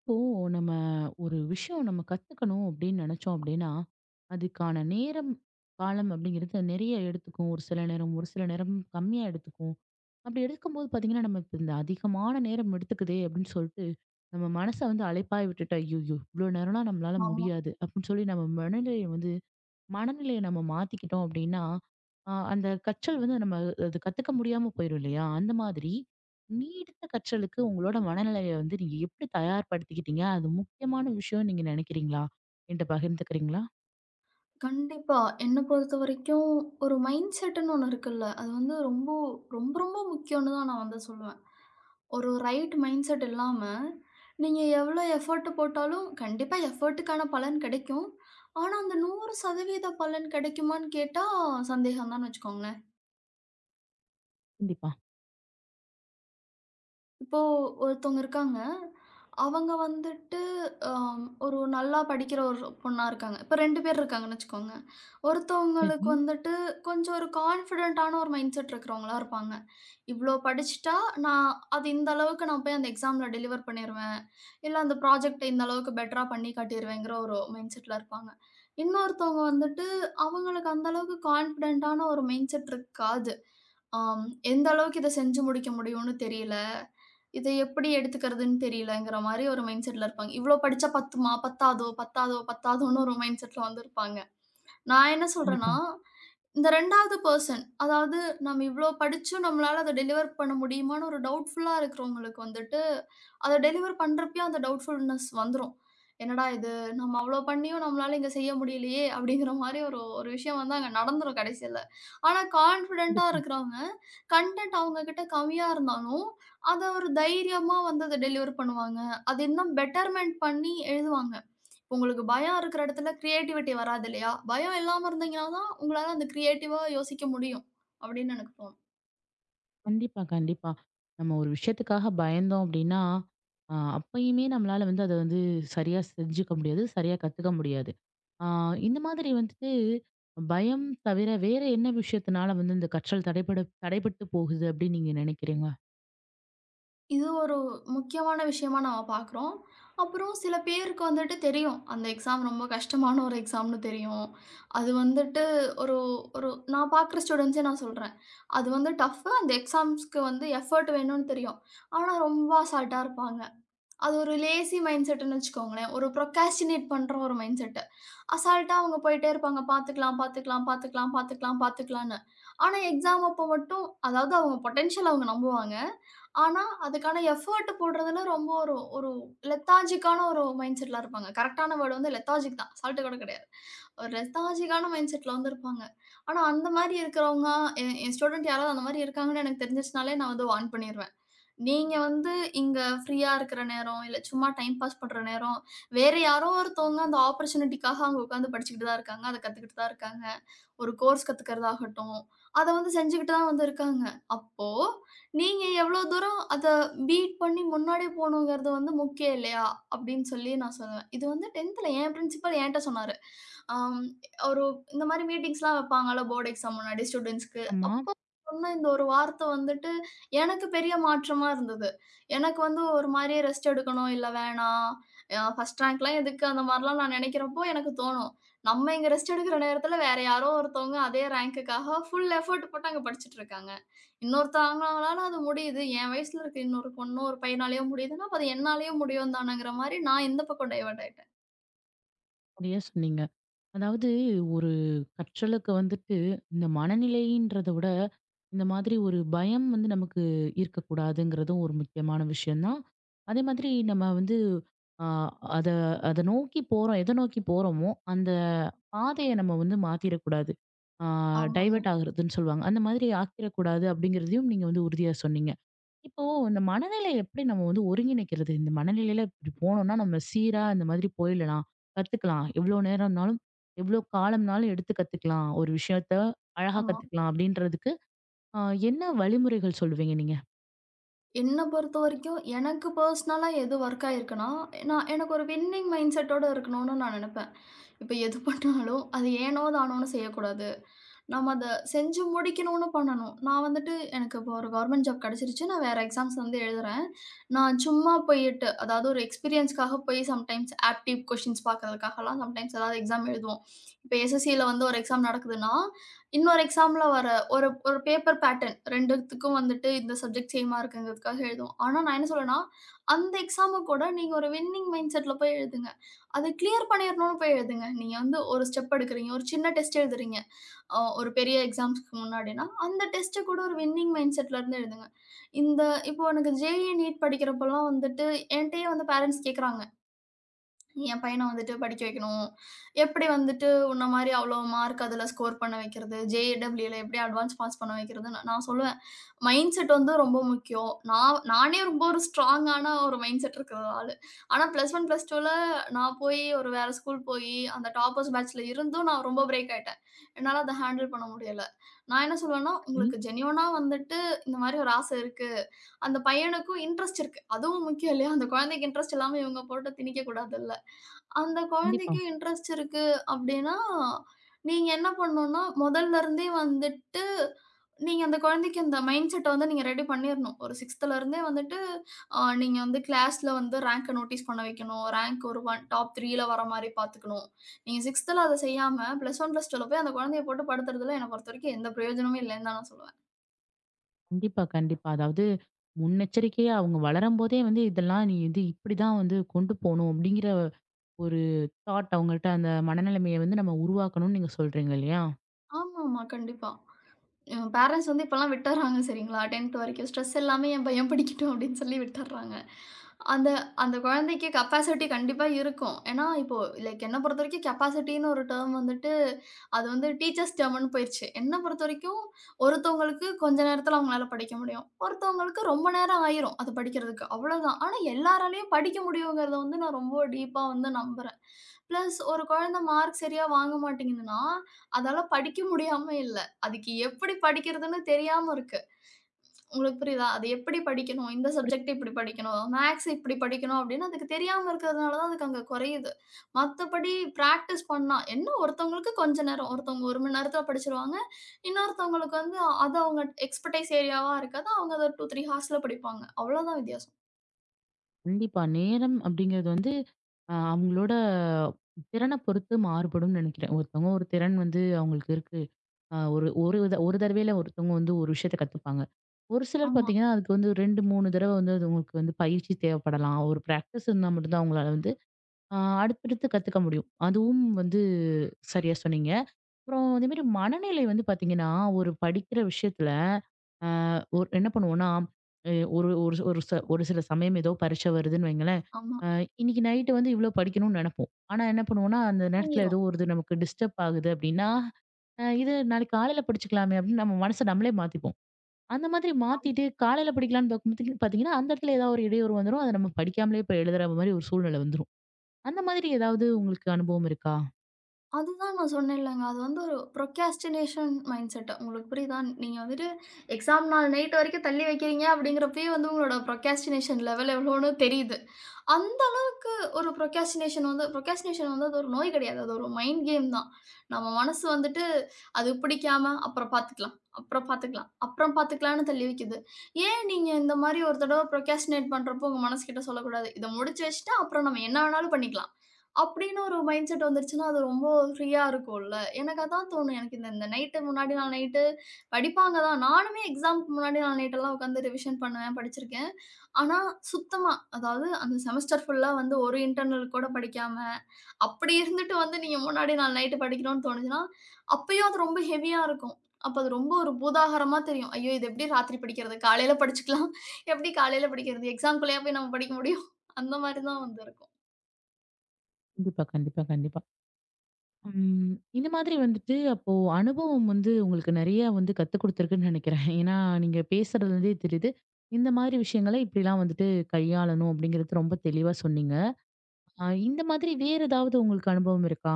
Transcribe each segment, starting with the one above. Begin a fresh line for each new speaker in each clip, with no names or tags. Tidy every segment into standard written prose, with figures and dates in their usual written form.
இப்போ நம்ம ஒரு விஷயம் நம்ம கத்துக்கணும் அப்படின்னு நினைச்சோம் அப்படின்னா அதுக்கான நேரம் காலம் அப்படிங்கிறது நிறைய எடுத்துக்கும், ஒரு சில நேரம் ஒரு சில நேரம் கம்மியா எடுத்துக்கும். அப்படி எடுக்கும்போது பாத்தீங்கன்னா நம்ம இப்ப இந்த அதிகமான நேரம் எடுத்துக்குதே அப்படின்னு சொல்லிட்டு நம்ம மனசை வந்து அழைப்பாய் விட்டுட்டு ஐயோ இவ்வளவு நேரம்லாம் நம்மளால
ஆமா.
முடியாது அப்படின்னு சொல்லி நம்ம மனநிலையை நம்ம மாத்திக்கிட்டோம் அப்படின்னா, அந்த கற்றல் வந்து நம்ம அது கத்துக்க முடியாம போயிரும் இல்லையா? அந்த மாதிரி நீடித்த கற்றலுக்கு உங்களோட மனநிலைய வந்து நீங்க எப்படி தயார்படுத்திக்கிட்டீங்க? அது முக்கியமான விஷயம்னு நீங்க நினைக்கிறீங்களா? என்ட்ட பகிர்ந்துக்கிறீங்களா?
கண்டிப்பா. என்ன பொறுத்தவரைக்கும் ஒரு மைண்ட் செட்டுன்னு ஒண்ணு இருக்குல்ல. அது வந்து ரொம்ப ரொம்ப ரொம்ப முக்கியம்ன்னு தான் நான் வந்து சொல்லுவேன். ஒரு ரைட் மைண்ட் செட் இல்லாம, நீங்க எவ்வளோ எஃபோர்ட் போட்டாலும் கண்டிப்பா எஃபோர்ட்டுக்கான பலன் கிடைக்கும். ஆனா, அந்த 100% பலன் கிடைக்குமான்னு கேட்டா சந்தேகம் தான்னு வச்சுக்கோங்களேன்.
கண்டிப்பா.
இப்போ ஒருத்தவங்க இருக்காங்க. அவங்க வந்துட்டு அ ஒரு நல்லா படிக்கிற ஒரு பொண்ணா இருக்காங்க. இப்ப 2 பேர் இருக்காங்கன்னு வச்சுக்கோங்க. ஒருத்தவங்களுக்கு
சரி.
வந்துட்டு கொஞ்சம் ஒரு கான்ஃபிடென்ட்டான ஒரு மைண்ட் செட் இருக்கிறவங்களா இருப்பாங்க. இவ்ளோ படிச்சுட்டா, நான் அது இந்த அளவுக்கு நான் போய் அந்த எக்ஸாம்ல டெலிவர் பண்ணிருவேன். இல்ல அந்த ப்ராஜெக்ட்ட இந்த அளவுக்கு பெட்டரா பண்ணி காட்டிருவேங்கிற ஒரு மைண்ட் செட்ல இருப்பாங்க. இன்னொருத்தவங்க வந்துட்டு அவங்களுக்கு அந்த அளவுக்கு கான்ஃபிடென்ட்டான ஒரு மைண்ட் செட் இருக்காது. ஆம், எந்த அளவுக்கு இத செஞ்சு முடிக்க முடியும்னு தெரியல. இத எப்படி எடுத்துக்கிறதுன்னு தெரியலங்கிற மாரி ஒரு மைண்ட் செட்ல இருப்பாங்க. இவ்ளோ படிச்சா பத்துமா? பத்தாதோ? பத்தாதோ? பத்தாதோன்னு ஒரு மைண்ட் செட்ல வந்து இருப்பாங்க. நான் என்ன சொல்றேன்னா
கண்டிப்பா.
இந்த 2வது பெர்சன். அதாவது நம்ம இவ்ளோ படிச்சும் நம்மளால அத டெலிவர் பண்ண முடியுமான்னு ஒரு டவுட்ஃபுல்லா இருக்கிறவங்களுக்கு வந்துட்டு, அத டெலிவர் பண்றப்பயும் அந்த டவுட்ஃபுல்னஸ் வந்துரும். "என்னடா இது! நம்ம அவ்ளோ பண்ணியும் நம்மளால இங்க செய்ய முடியலையே!" அப்படிங்கிற மாரி ஒரு ஒரு விஷயம் வந்து அங்க நடந்துரும் கடைசியில. ஆனா கான்ஃபிடென்ட்டா
கண்டிப்பா.
இருக்கிறவங்க, கன்டென்ட் அவங்க கிட்ட கம்மியா இருந்தாலும், அத ஒரு தைரியமா வந்து அத டெலிவர் பண்ணுவாங்க. அது இன்னும் பெட்டர்மென்ட் பண்ணி எழுதுவாங்க. உங்களுக்கு பயம் இருக்கிற இடத்துல கிரியேட்டிவிட்டி வராது இல்லையா? பயம் இல்லாம இருந்தீங்கன்னா தான், உங்களால அந்த கிரியேட்டிவா யோசிக்க முடியும். அப்படின்னு எனக்கு தோணும்.
கண்டிப்பா, கண்டிப்பா. நம்ம ஒரு விஷயத்துக்காக பயந்தோம் அப்படின்னா, அப்பயுமே நம்மளால வந்து அத வந்து சரியா செஞ்சுக்க முடியாது. சரியா கத்துக்க முடியாது. ஆ இந்த மாதிரி வந்துட்டு பயம் தவிர வேற என்ன விஷயத்தினால வந்து இந்த கற்றல் தடைபட்டு போகுது அப்படின்னு நீங்க நினைக்கிறீங்க?
இது ஒரு முக்கியமான விஷயமா நம்ம பார்க்குறோம். அப்புறம் சில பேருக்கு வந்துட்டு தெரியும். அந்த எக்ஸாம் ரொம்ப கஷ்டமான ஒரு எக்ஸாம்னு தெரியும். அது வந்துட்டு ஒரு ஒரு நான் பார்க்குற ஸ்டூடண்ட்ஸே நான் சொல்றேன். அது வந்து டஃப் அந்த எக்ஸாம்ஸ்க்கு வந்து எஃபோர்ட் வேணும்னு தெரியும். ஆனா ரொம்ப அசால்ட்டா இருப்பாங்க. அது ஒரு லேசி மைண்ட் செட்டுன்னு வச்சுக்கோங்களேன். ஒரு ப்ரொக்ராஸ்டினேட் பண்ற ஒரு மைண்ட் செட். அசால்ட்டா அவங்க போயிட்டே இருப்பாங்க. பாத்துக்கலாம், பாத்துக்கலாம், பாத்துக்கலாம், பாத்துக்கலாம், பாத்துக்கலான்னு. ஆனா, எக்ஸாம் அப்போ மட்டும் அதாவது அவங்க பொட்டன்ஷியல அவங்க நம்புவாங்க. ஆனா, அதுக்கான எஃபோர்ட் போடுறதுல ரொம்ப ஒரு ஒரு லெத்தாஜிக்கான ஒரு மைண்ட் செட்ல இருப்பாங்க. கரெக்ட்டான வேர்ட் வந்து லெத்தாஜிக் தான். அசால்ட் கூட கிடையாது. ஒரு லெத்தாஜிக்கான மைண்ட் செட்ல வந்து இருப்பாங்க. ஆனா, அந்த மாரி இருக்கிறவங்க என் என் ஸ்டூடெண்ட் யாராவது அந்த மாரி இருக்காங்கன்னு எனக்கு தெரிஞ்சிருச்சுனாலே நான் வந்து வார்ன் பண்ணிருவேன். நீங்க வந்து இங்க ஃப்ரீயா இருக்கிற நேரம், இல்ல சும்மா டைம் பாஸ் பண்ற நேரம், வேற யாரோ ஒருத்தவங்க அந்த ஆப்பர்ச்சுனிட்டிக்காக அவங்க உட்கார்ந்து படிச்சுக்கிட்டு தான் இருக்காங்க. அத கத்துக்கிட்டு தான் இருக்காங்க. ஒரு கோர்ஸ் கத்துக்கிறதாகட்டும், அத வந்து செஞ்சுகிட்டு தான் வந்து இருக்காங்க. அப்போ நீங்க எவ்ளோ தூரம் அத பீட் பண்ணி முன்னாடி போணுங்கிறது வந்து முக்கியம் இல்லையா? அப்டின்னு சொல்லி நான் சொல்லுவேன். இது வந்து 10த்ல என் பிரின்சிபல் என்ட்ட சொன்னாரு. ஆம் ஒரு இந்த மாரி மீட்டிங்ஸ்லாம் வைப்பாங்கல்ல போர்ட் எக்ஸாம் முன்னாடி ஸ்டூடண்ட்ஸ்க்கு.
ஆமா.
அப்போ சொன்ன இந்த ஒரு வார்த்த வந்துட்டு எனக்கு பெரிய மாற்றமா இருந்தது. எனக்கு வந்து ஒரு மாரி ரெஸ்ட் எடுக்கணும், இல்ல வேணாம், ஃபர்ஸ்ட் ரேங்க்லாம் எதுக்கு அந்த மாரிலாம் நான் நெனைக்கிறப்போ எனக்கு தோணும். நம்ம இங்க ரெஸ்ட் எடுக்கிற நேரத்துல வேற யாரோ ஒருத்தவங்க அதே ரேங்க்குக்காக ஃபுல் எஃபோர்ட் போட்டு அங்க படிச்சுட்ருக்காங்க. இன்னொருத்தவங்களால அது முடியுது. என் வயசுல இருக்க இன்னொரு பொண்ணோ, ஒரு பையனாலயோ முடியுதுன்னா, அப்ப அது என்னாலயும் முடியும் தானங்கிற மாரி நான் இந்த பக்கம் டைவர்ட் ஆயிட்டேன்.
சரியா சொன்னீங்க. அதாவது ஒரு கற்றலுக்கு வந்துட்டு இந்த மனநிலைன்றத விட, இந்த மாதிரி ஒரு பயம் வந்து நமக்கு இருக்கக்கூடாதுங்கிறதும் ஒரு முக்கியமான விஷயம் தான். அதே மாதிரி நம்ம வந்து அ அத அத நோக்கி போறோம். எத நோக்கி போறோமோ, அந்த பாதைய நம்ம வந்து மாத்திறக்கூடாது. ஆ
ஆமாங்க.
டைவர்ட் ஆகுறதுன்னு சொல்லுவாங்க. அந்த மாதிரி ஆக்கிரக்கூடாது அப்படிங்கிறதையும் நீங்க வந்து உறுதியா சொன்னீங்க. இப்போ இந்த மனநிலை எப்படி நம்ம வந்து ஒருங்கிணைக்கிறது? இந்த மனநிலையில இப்படி போனோம்னா, நம்ம சீரா இந்த மாதிரி போயிடலாம். கத்துக்கலாம். எவ்வளோ நேரம்னாலும், எவ்வளோ காலம்னாலும் எடுத்து கத்துக்கலாம். ஒரு விஷயத்த அழகா
ஆமா.
கத்துக்கலாம் அப்படின்றதுக்கு, அ என்ன வழிமுறைகள் சொல்லுவீங்க நீங்க?
என்ன பொறுத்தவரைக்கும் எனக்கு பர்சனலா எது ஒர்க் ஆயிருக்குன்னா, நான் எனக்கு ஒரு வின்னிங் மைண்ட் செட்டோட இருக்கணும்னு நான் நெனப்பேன். இப்ப எது பண்ணாலும் அது ஏனோ தானோன்னு செய்யக்கூடாது. நம்ம அத செஞ்சு முடிக்கணும்னு பண்ணணும். நான் வந்துட்டு எனக்கு இப்போ ஒரு கவர்மெண்ட் ஜாப் கிடைச்சிருச்சு. நான் வேற எக்ஸாம்ஸ் வந்து எழுதுறேன். நான் சும்மா போயிட்டு, அதாவது ஒரு எக்ஸ்பீரியன்ஸ்க்காக போய் சம்டைம்ஸ் ஆப்டிவ் கொஸ்டின்ஸ் பார்க்கறதுக்காகலாம் சம்டைம்ஸ் ஏதாவது எக்ஸாம் எழுதுவோம். இப்போ எஸ்எஸ்சில வந்து ஒரு எக்ஸாம் நடக்குதுன்னா, இன்னொரு எக்ஸாம்ல வர ஒரு ஒரு பேப்பர் பேட்டர்ன் 2த்துக்கும் வந்துட்டு இந்த சப்ஜெக்ட் சேமா இருக்குங்கிறதுக்காக எழுதுவோம். ஆனா நான் என்ன சொல்றேன்னா, அந்த எக்ஸாம கூட நீங்க ஒரு வின்னிங் மைண்ட் செட்ல போய் எழுதுங்க. அது கிளியர் பண்ணிறணும்னு போய் எழுதுங்க. நீங்க வந்து ஒரு ஸ்டெப் எடுக்குறீங்க. ஒரு சின்ன டெஸ்ட் எழுதுறீங்க. ஒரு பெரிய எக்ஸாம்ஸ்க்கு முன்னாடின்னா, அந்த டெஸ்ட்ட கூட ஒரு வின்னிங் மைண்ட் செட்ல இருந்து எழுதுங்க. இந்த இப்போ எனக்கு ஜேஇ, நீட் படிக்கிறப்பலாம் வந்துட்டு என்ட்டயே வந்து பேரன்ட்ஸ் கேட்குறாங்க. என் பையன வந்துட்டு படிக்க வைக்கணும். எப்படி வந்துட்டு உன்ன மாரி அவ்ளோ மார்க் அதுல ஸ்கோர் பண்ண வைக்கிறது? ஜேஇடபிள்யூல எப்படி அட்வான்ஸ் பாஸ் பண்ண வைக்கிறதுன்னு நான் நான் சொல்லுவேன். மைண்ட் செட் வந்து ரொம்ப முக்கியம். நான் நானே ரொம்ப ஒரு ஸ்ட்ராங்கான ஒரு மைண்ட் செட் இருக்கிற ஆளு. ஆனா பிளஸ் ஒன், பிளஸ் டூல நான் போய் ஒரு வேற ஸ்கூல் போயி அந்த டாப்பர்ஸ் பேட்ச்ல இருந்தும் நான் ரொம்ப பிரேக் ஆயிட்டேன். என்னால அத ஹேண்டில் பண்ண முடியல. நான் என்ன சொல்லுவேன்னா,
ம்.
உங்களுக்கு ஜென்யூனா வந்துட்டு இந்த மாரி ஒரு ஆசை இருக்கு. அந்த பையனுக்கும் இன்ட்ரெஸ்ட் இருக்கு. அதுவும் முக்கியம் இல்லையா? அந்த குழந்தைக்கு இன்ட்ரெஸ்ட் இல்லாம இவங்க போட்டு திணிக்க கூடாதுல்ல. அந்த
கண்டிப்பா.
குழந்தைக்கு இன்ட்ரெஸ்ட் இருக்கு அப்டின்னா, நீங்க என்ன பண்ணணும்னா, முதல்ல இருந்தே வந்துட்டு நீங்க அந்த குழந்தைக்கு அந்த மைண்ட் செட்ட வந்து நீங்க ரெடி பண்ணிறணும். ஒரு 6த்துல இருந்தே வந்துட்டு நீங்க வந்து கிளாஸ்ல வந்து ரேங்க நோட்டீஸ் பண்ண வைக்கணும். ரேங்க் ஒரு ஒன் டாப் 3ல வர மாரி பார்த்துக்கணும். நீங்க 6த்துல அத செய்யாம பிளஸ் ஒன், பிளஸ் டூல போய் அந்த குழந்தைய போட்டு படுத்துறதுல என்ன பொறுத்தவரைக்கும் எந்த பிரயோஜனமும் இல்லன்னு தான் நான் சொல்லுவேன்.
கண்டிப்பா, கண்டிப்பா. அதாவது முன்னெச்சரிக்கையா அவங்க வளரும்போதே வந்து இதெல்லாம் நீ இது இப்படிதான் வந்து கொண்டு போணும் அப்படிங்கிற ஒரு தாட் அவங்கள்ட்ட அந்த மனநிலைமைய வந்து நம்ம உருவாக்கணும்னு நீங்க சொல்றீங்க இல்லையா?
ஆமாமா, கண்டிப்பா. என் பேரண்ட்ஸ் வந்து இப்பலாம் விட்டுர்றாங்க சரிங்களா? 10த் வரைக்கும் ஸ்ட்ரெஸ் எல்லாமே என் பையன் படிக்கட்டும் அப்படின்னு சொல்லி விட்டுர்றாங்க. அந்த அந்த குழந்தைக்கு கெப்பாசிட்டி கண்டிப்பா இருக்கும். ஏன்னா, இப்போ லைக் என்ன பொறுத்தவரைக்கும் கெப்பாசிட்டின்னு ஒரு டெர்ம் வந்துட்டு, அது வந்து டீச்சர்ஸ் டெர்ம்ன்னு போயிருச்சு. என்ன பொறுத்தவரைக்கும் ஒருத்தவங்களுக்கு கொஞ்ச நேரத்தில அவங்களால படிக்க முடியும். ஒருத்தவங்களுக்கு ரொம்ப நேரம் ஆயிரும் அது படிக்கிறதுக்கு. அவ்வளோதான். ஆனா எல்லாராலயும் படிக்க முடியுங்கிறத வந்து நான் ரொம்ப டீப்பா வந்து நம்புறேன். பிளஸ் ஒரு குழந்தை மார்க் சரியா வாங்க மாட்டேங்குதுன்னா, அதால படிக்க முடியாம இல்ல. அதுக்கு எப்படி படிக்கிறதுன்னு தெரியாம இருக்கு. உங்களுக்கு புரியுதா? அது எப்படி படிக்கணும்? இந்த சப்ஜெக்ட்
புரியுது.
இப்படி படிக்கணும். மேத்ஸ் இப்படி படிக்கணும் அப்படின்னு அதுக்கு தெரியாம இருக்கிறதுனால தான் அதுக்கு அங்க குறையுது. மத்தபடி பிராக்டிஸ் பண்ணா, என்ன ஒருத்தவங்களுக்கு கொஞ்ச நேரம், ஒருத்தவங்க 1 மணி நேரத்தில படிச்சுருவாங்க. இன்னொருத்தவங்களுக்கு வந்து அது அவங்க எக்ஸ்பெர்டைஸ் ஏரியாவா இருக்காது. அவங்க அத 2, 3 ஹார்ஸ்ல படிப்பாங்க. அவ்வளோதான் வித்தியாசம்.
கண்டிப்பா. நேரம் அப்படிங்கிறது வந்து அவங்களோட திறன பொறுத்து மாறுபடும்னு நினைக்கிறேன். ஒருத்தவங்க ஒரு திறன் வந்து அவங்களுக்கு இருக்கு. அ ஒரு ஒரு த ஒரு தடவையில ஒருத்தவங்க வந்து ஒரு விஷயத்த கத்துப்பாங்க. ஒரு சிலர்
ஆமா,
பார்த்தீங்கன்னா, அதுக்கு வந்து 2, 3 தடவ வந்து அது உங்களுக்கு வந்து பயிற்சி தேவைப்படலாம். ஒரு பிராக்டிஸ் இருந்தா மட்டும் தான் அவங்களால வந்து அ அடுத்தடுத்து கத்துக்க முடியும். அதுவும் வந்து சரியா சொன்னீங்க. அப்புறம் அதேமாரி மனநிலை வந்து பார்த்தீங்கன்னா, ஒரு படிக்கிற விஷயத்துல ஆ ஒரு என்ன பண்ணுவோம்னா, எ ஒரு ஒரு ஒரு ச ஒரு சில சமயம் ஏதோ பரீட்சை வருதுன்னு வைங்களேன்,
ஆமா.
அ இன்னைக்கு நைட்டு வந்து இவ்ளோ படிக்கணும்னு நெனைப்போம். ஆனா என்ன பண்ணுவோம்னா, அந்த நேரத்துல
தூங்கிருவோம்.
ஏதோ ஒரு இது நமக்கு டிஸ்டர்ப் ஆகுது அப்படின்னா, இது நாளைக்கு காலையில படிச்சுக்கலாமே அப்படின்னு நம்ம மனச நம்மளே மாத்திப்போம். அந்த மாதிரி மாத்திட்டு காலையில படிக்கலாம்ன்னு பாக்கும்போது பாத்தீங்கன்னா, அந்த இடத்துல ஏதாவது ஒரு இடையூறு வந்துரும். அத நம்ம படிக்காமலே போய் எழுதுற மாதிரி ஒரு சூழ்நிலை வந்துரும். அந்த மாதிரி ஏதாவது உங்களுக்கு அனுபவம் இருக்கா?
அதுதான் நான் சொன்னேன்லங்க. அது வந்து ஒரு ப்ரொக்ராஸ்டினேஷன் மைண்ட் செட். உங்களுக்கு புரியுதா? நீங்க வந்துட்டு எக்ஸாம் நாள் நைட் வரைக்கும் தள்ளி வைக்கிறீங்க அப்படிங்கிறப்பயே வந்து உங்களோட ப்ரொக்ராஸ்டினேஷன் லெவல் எவ்வளோன்னு தெரியுது. அந்த ஒரு ப்ரொக்ராஸ்டினேஷன் வந்து ப்ரொக்ராஸ்டினேஷன் வந்து அது ஒரு நோய் கிடையாது. அது ஒரு மைண்ட் கேம் தான். நம்ம மனசு வந்துட்டு அது பிடிக்காம அப்புறம் பார்த்துக்கலாம், அப்புறம் பார்த்துக்கலாம், அப்புறம் பார்த்துக்கலாம்ன்னு தள்ளி வைக்குது. ஏன் நீங்க இந்த மாரி ஒரு தடவ ப்ரொக்ராஸ்டினேட் பண்றப்போ உங்க மனசுகிட்ட சொல்லக்கூடாது. இத முடிச்சு வச்சுட்டா அப்புறம் நம்ம என்ன வேணாலும் பண்ணிக்கலாம். அப்படின்னு ஒரு மைண்ட் செட் வந்துருச்சுன்னா, அது ரொம்ப ஃப்ரீயா இருக்கும்ல. எனக்கு அதான் தோணும். எனக்கு இந்த இந்த நைட்டு முன்னாடி நாள் நைட்டு படிப்பாங்க தான். நானுமே எக்ஸாம்க்கு முன்னாடி நாள் நைட்டெல்லாம் உட்காந்து ரிவிஷன் பண்ணுவேன், படிச்சிருக்கேன். ஆனா, சுத்தமா அதாவது அந்த செமஸ்டர் ஃபுல்லா வந்து ஒரு இன்டர்னல் கூட படிக்காம, அப்படி இருந்துட்டு வந்து நீங்க முன்னாடி நாள் நைட்டு படிக்கணும்னு தோணுச்சுன்னா, அப்பயும் அது ரொம்ப ஹெவியா இருக்கும். அப்ப அது ரொம்ப ஒரு பூதாகாரமா தெரியும். ஐயோ! இது எப்படி ராத்திரி படிக்கிறது? காலையில படிச்சுக்கலாம். எப்படி காலையில படிக்கிறது? எக்ஸாம்க்குள்ளயா போய் நம்ம படிக்க முடியும்? அந்த மாரி தான் வந்து இருக்கும்.
கண்டிப்பா, கண்டிப்பா, கண்டிப்பா. ம். இந்த மாதிரி வந்துட்டு அப்போ அனுபவம் வந்து உங்களுக்கு நெறைய வந்து கத்துக் குடுத்துருக்குன்னு நெனைக்கிறேன். ஏன்னா, நீங்க பேசுறதுலருந்தே தெரியுது. இந்த மாதிரி விஷயங்கள இப்படிலாம் வந்துட்டு கையாளணும் அப்படிங்கிறது ரொம்ப தெளிவா சொன்னீங்க. இந்த மாதிரி வேற ஏதாவது உங்களுக்கு அனுபவம் இருக்கா?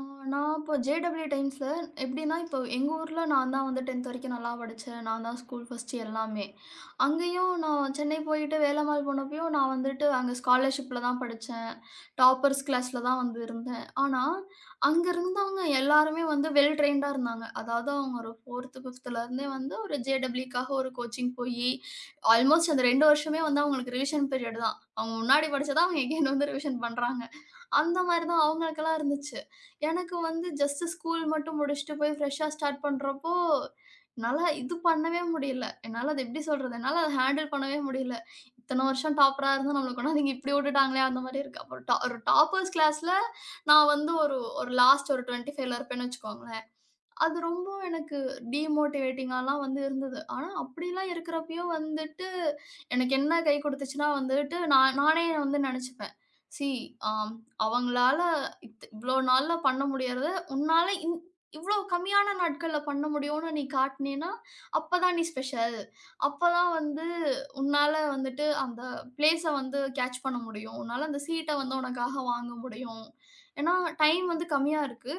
ஆ நான் இப்போ ஜேடபிள்யூ டைம்ஸ்ல எப்படின்னா, இப்போ எங்க ஊர்ல நான் தான் வந்து 10த் வரைக்கும் நல்லா படிச்சேன். நான் தான் ஸ்கூல் ஃபர்ஸ்ட் எல்லாமே. அங்கேயும் நான் சென்னை போயிட்டு வேலம்மாள் போனப்பயும் நான் வந்துட்டு அங்க ஸ்காலர்ஷிப்ல தான் படிச்சேன். டாப்பர்ஸ் கிளாஸ்ல தான் வந்து இருந்தேன். ஆனா, அங்க இருந்தவங்க எல்லாருமே வந்து வெல் ட்ரெயின்டா இருந்தாங்க. அதாவது அவங்க ஒரு 4த், 5த்ல இருந்தே வந்து ஒரு ஜேடபிள்யூக்காக ஒரு கோச்சிங் போயி, ஆல்மோஸ்ட் அந்த 2 வருஷமே வந்து அவங்களுக்கு ரிவிஷன் பீரியட் தான். அவங்க முன்னாடி படிச்சத அவங்க எகைன் வந்து ரிவிஷன் பண்றாங்க. அந்த மாரி தான் அவங்களுக்கெல்லாம் இருந்துச்சு. எனக்கு வந்து ஜஸ்ட் ஸ்கூல் மட்டும் முடிச்சுட்டு போய் ஃப்ரெஷ்ஷா ஸ்டார்ட் பண்றப்போ, என்னால இது பண்ணவே முடியல. என்னால அத எப்படி சொல்றது? என்னால அத ஹேண்டில் பண்ணவே முடியல. இத்தன வருஷம் டாப்பரா இருந்தும் நம்மள கொண்டாந்து இங்க இப்படி விட்டுட்டாங்களே அந்த மாரி இருக்கு. அப்புறம் ஒரு டாப்பர்ஸ் கிளாஸ்ல நான் வந்து ஒரு ஒரு லாஸ்ட் ஒரு 25ல இருப்பேன்னு வச்சுக்கோங்களேன். அது ரொம்ப எனக்கு டிமோட்டிவேட்டிங்காலாம் வந்து இருந்தது. ஆனா அப்படிலாம் இருக்கிறப்பயும் வந்துட்டு, எனக்கு என்ன கை குடுத்துச்சுன்னா வந்துட்டு, நான் நானே வந்து நெனச்சுப்பேன். "சி, ஆம் அவங்களால இவ்ளோ நாள்ல பண்ண முடியறத உன்னால இவ்ளோ கம்மியான நாட்கள்ல பண்ண முடியும்னு நீ காட்டுனீன்னா, அப்பதான் நீ ஸ்பெஷல். அப்பதான் வந்து உன்னால வந்துட்டு அந்த பிளேஸ வந்து கேட்ச் பண்ண முடியும். உன்னால அந்த சீட்ட வந்து உனக்காக வாங்க முடியும். ஏன்னா, டைம் வந்து கம்மியா இருக்கு.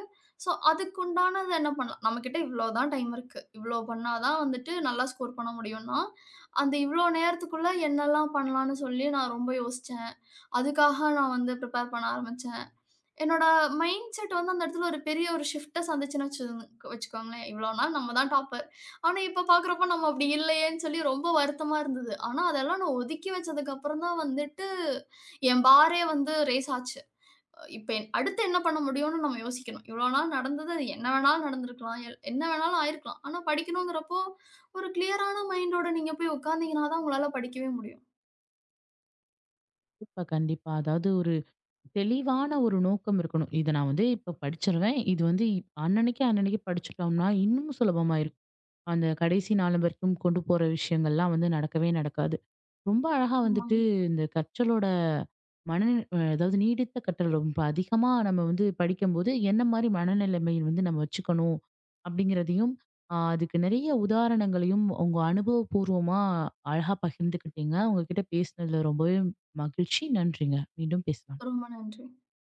ஸோ, அதுக்குண்டானது என்ன பண்ணலாம்? நம்மகிட்ட இவ்ளோ தான் டைம் இருக்கு. இவ்ளோ பண்ணா தான் வந்துட்டு நல்லா ஸ்கோர் பண்ண முடியும்ன்னா, அந்த இவ்ளோ நேரத்துக்குள்ள என்னெல்லாம் பண்ணலான்னு சொல்லி நான் ரொம்ப யோசிச்சேன். அதுக்காக நான் வந்து ப்ரிப்பேர் பண்ண ஆரம்பிச்சேன். என்னோட மைண்ட் செட் வந்து அந்த இடத்துல ஒரு பெரிய ஒரு ஷிஃப்ட்ட சந்துச்சுன்னு வச்சுக்கோங்களேன். இவ்வளோ நாள் நம்ம தான் டாப்பர். ஆனா, இப்ப பார்க்குறப்போ நம்ம அப்படி இல்லையேன்னு சொல்லி ரொம்ப வருத்தமா இருந்தது. ஆனா, அதெல்லாம் நான் ஒதுக்கி வச்சதுக்கப்புறம் தான் வந்துட்டு, என் பாரே வந்து ரெய்ஸ் ஆச்சு. இப்ப என் அடுத்து என்ன பண்ண முடியும்னு நம்ம யோசிக்கணும். இவ்வளோ நாள் நடந்தது அது என்ன வேணாலும் நடந்திருக்கலாம். என்ன வேணாலும் ஆயிருக்கலாம். ஆனா, படிக்கணுங்கிறப்போ ஒரு கிளியரான மைண்டோட நீங்க போய் உட்கார்ந்தீங்கன்னா தான் உங்களால படிக்கவே முடியும்.
கண்டிப்பா, கண்டிப்பா. அதாவது ஒரு தெளிவான ஒரு நோக்கம் இருக்கணும். இத நான் வந்து இப்ப படிச்சுருவேன். இது வந்து அன்னன்னைக்கு அன்னன்னைக்கு படிச்சுட்டோம்னா, இன்னும் சுலபமா இருக்கும். அந்த கடைசி நாள் வரைக்கும் கொண்டு போற விஷயங்கள்லாம் வந்து நடக்கவே நடக்காது. ரொம்ப அழகா
ஆமாங்க.
வந்துட்டு இந்த கற்றலோட மன அதாவது நீடித்த கற்றல் ரொம்ப அதிகமா நம்ம வந்து படிக்கும்போது என்ன மாதிரி மனநிலைமை வந்து நம்ம வச்சுக்கணும் அப்படிங்கிறதையும் அதுக்கு நிறைய உதாரணங்களையும் உங்க அனுபவபூர்வமா அழகா பகிர்ந்துக்கிட்டீங்க. உங்ககிட்ட பேசினதுல ரொம்பவே மகிழ்ச்சி. நன்றிங்க. மீண்டும் பேசலாம்.
ரொம்ப நன்றி.